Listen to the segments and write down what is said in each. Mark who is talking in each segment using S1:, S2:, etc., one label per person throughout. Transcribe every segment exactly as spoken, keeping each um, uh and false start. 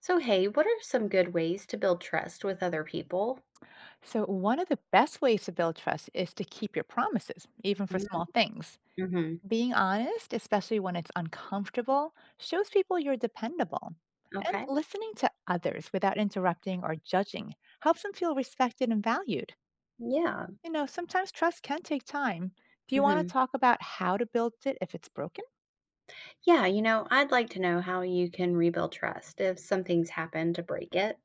S1: So, hey, what are some good ways to build trust with other people?
S2: So, one of the best ways to build trust is to keep your promises, even for small things.
S1: Mm-hmm.
S2: Being honest, especially when it's uncomfortable, shows people you're dependable. And
S1: Okay.
S2: listening to others without interrupting or judging helps them feel respected and valued.
S1: Yeah.
S2: You know, sometimes trust can take time. Do you want
S1: Hmm.
S2: to talk about how to build it if it's broken?
S1: Yeah. You know, I'd like to know how you can rebuild trust if something's happened to break it.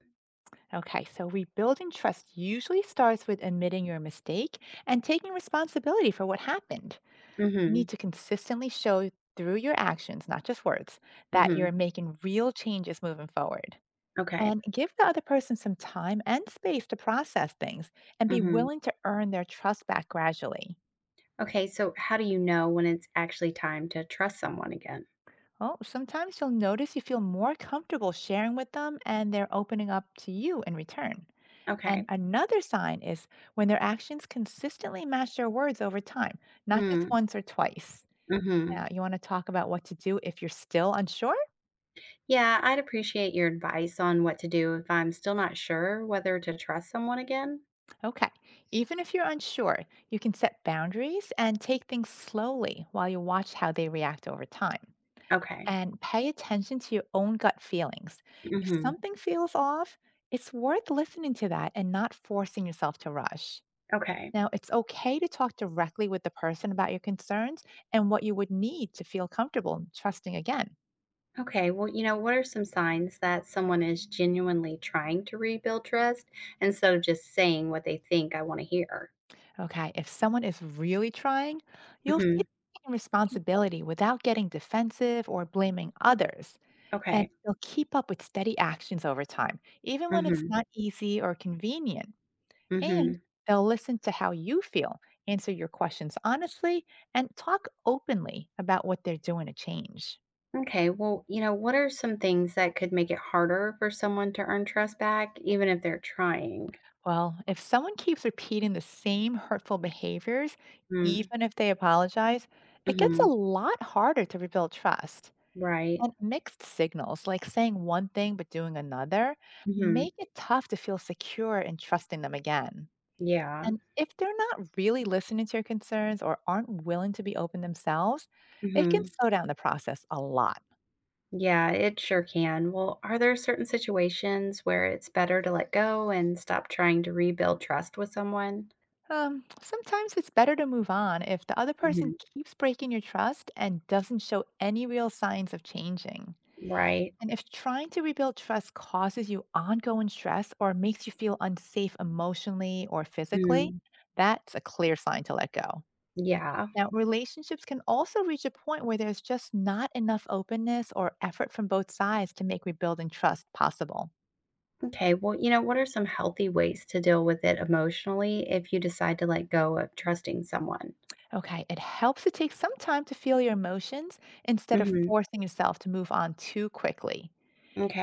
S2: Okay, so rebuilding trust usually starts with admitting your mistake and taking responsibility for what happened. You need
S1: Hmm.
S2: to consistently show through your actions, not just words, that
S1: Hmm.
S2: you're making real changes moving forward.
S1: Okay.
S2: And give the other person some time and space to process things and be
S1: Hmm.
S2: willing to earn their trust back gradually.
S1: Okay. So, how do you know when it's actually time to trust someone again?
S2: Oh, sometimes you'll notice you feel more comfortable sharing with them and they're opening up to you in return. And
S1: Okay.
S2: another sign is when their actions consistently match their words over time, not just once or twice.
S1: Mm-hmm.
S2: Now, you want to talk about what to do if you're still unsure?
S1: Yeah, I'd appreciate your advice on what to do if I'm still not sure whether to trust someone again.
S2: Okay. Even if you're unsure, you can set boundaries and take things slowly while you watch how they react over time.
S1: Okay.
S2: And pay attention to your own gut feelings. If
S1: Hmm.
S2: something feels off, it's worth listening to that and not forcing yourself to rush.
S1: Okay.
S2: Now, it's okay to talk directly with the person about your concerns and what you would need to feel comfortable and trusting again.
S1: Okay, well, you know, what are some signs that someone is genuinely trying to rebuild trust instead of just saying what they think I want to hear?
S2: Okay, if someone is really trying, you'll see them
S1: Hmm.
S2: taking responsibility without getting defensive or blaming others. And
S1: Okay.
S2: they'll keep up with steady actions over time, even when it's
S1: Hmm.
S2: not easy or convenient. And
S1: Hmm.
S2: they'll listen to how you feel, answer your questions honestly, and talk openly about what they're doing to change.
S1: Okay, well, you know, what are some things that could make it harder for someone to earn trust back, even if they're trying?
S2: Well, if someone keeps repeating the same hurtful behaviors,
S1: Mm.
S2: even if they apologize, it gets
S1: Mm-hmm.
S2: a lot harder to rebuild trust.
S1: Right.
S2: And mixed signals, like saying one thing but doing another,
S1: Hmm.
S2: make it tough to feel secure in trusting them again.
S1: Yeah.
S2: And if they're not really listening to your concerns or aren't willing to be open themselves, it can
S1: Hmm.
S2: slow down the process a lot.
S1: Yeah, it sure can. Well, are there certain situations where it's better to let go and stop trying to rebuild trust with someone?
S2: Um, sometimes it's better to move on if the other
S1: Hmm.
S2: person keeps breaking your trust and doesn't show any real signs of changing.
S1: Right.
S2: And if trying to rebuild trust causes you ongoing stress or makes you feel unsafe emotionally or physically,
S1: Mm,
S2: that's a clear sign to let go.
S1: yeah.
S2: Now, relationships can also reach a point where there's just not enough openness or effort from both sides to make rebuilding trust possible.
S1: Okay. Well, you know, what are some healthy ways to deal with it emotionally if you decide to let go of trusting someone?
S2: Okay, it helps to take some time to feel your emotions instead of
S1: Mhm.
S2: forcing yourself to move on too quickly.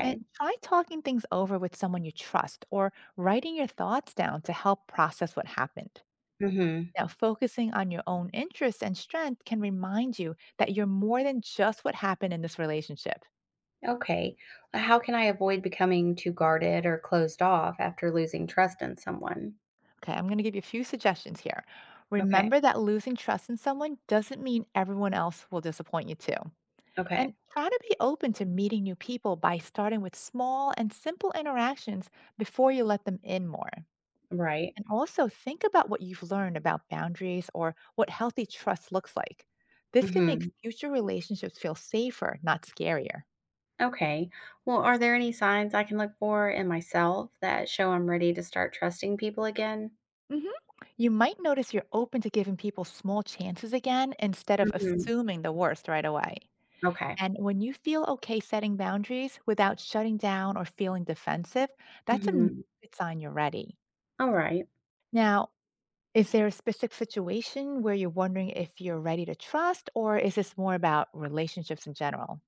S2: And try talking things over with someone you trust or writing your thoughts down to help process what happened.
S1: Mhm.
S2: Now, focusing on your own interests and strength can remind you that you're more than just what happened in this relationship.
S1: Okay. Uh, How can I avoid becoming too guarded or closed off after losing trust in someone?
S2: Okay, I'm going to give you a few suggestions here.
S1: Okay.
S2: Remember that losing trust in someone doesn't mean everyone else will disappoint you too. And
S1: Okay.
S2: try to be open to meeting new people by starting with small and simple interactions before you let them in more.
S1: Right.
S2: And also think about what you've learned about boundaries or what healthy trust looks like. This can make
S1: Mhm.
S2: future relationships feel safer, not scarier.
S1: Okay. Well, are there any signs I can look for in myself that show I'm ready to start trusting people again?
S2: Mhm. You might notice you're open to giving people small chances again instead of
S1: Mhm.
S2: assuming the worst right away.
S1: Okay.
S2: And when you feel okay setting boundaries without shutting down or feeling defensive, that's a n-
S1: Mhm.
S2: good sign you're ready.
S1: All right.
S2: Now, is there a specific situation where you're wondering if you're ready to trust, or is this more about relationships in general?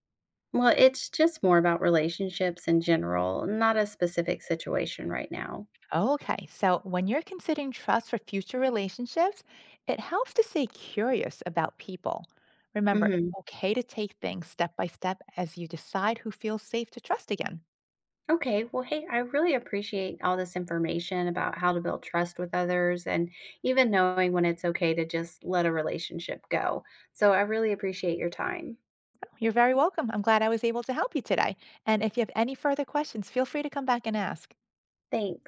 S1: Well, it's just more about relationships in general, not a specific situation right now.
S2: Okay, so when you're considering trust for future relationships, it helps to stay curious about people. Remember, it's
S1: Hmm.
S2: okay to take things step by step as you decide who feels safe to trust again.
S1: Okay. Well, hey, I really appreciate all this information about how to build trust with others and even knowing when it's okay to just let a relationship go. So I really appreciate your time.
S2: You're very welcome. I'm glad I was able to help you today. And if you have any further questions, feel free to come back and ask.
S1: Thanks.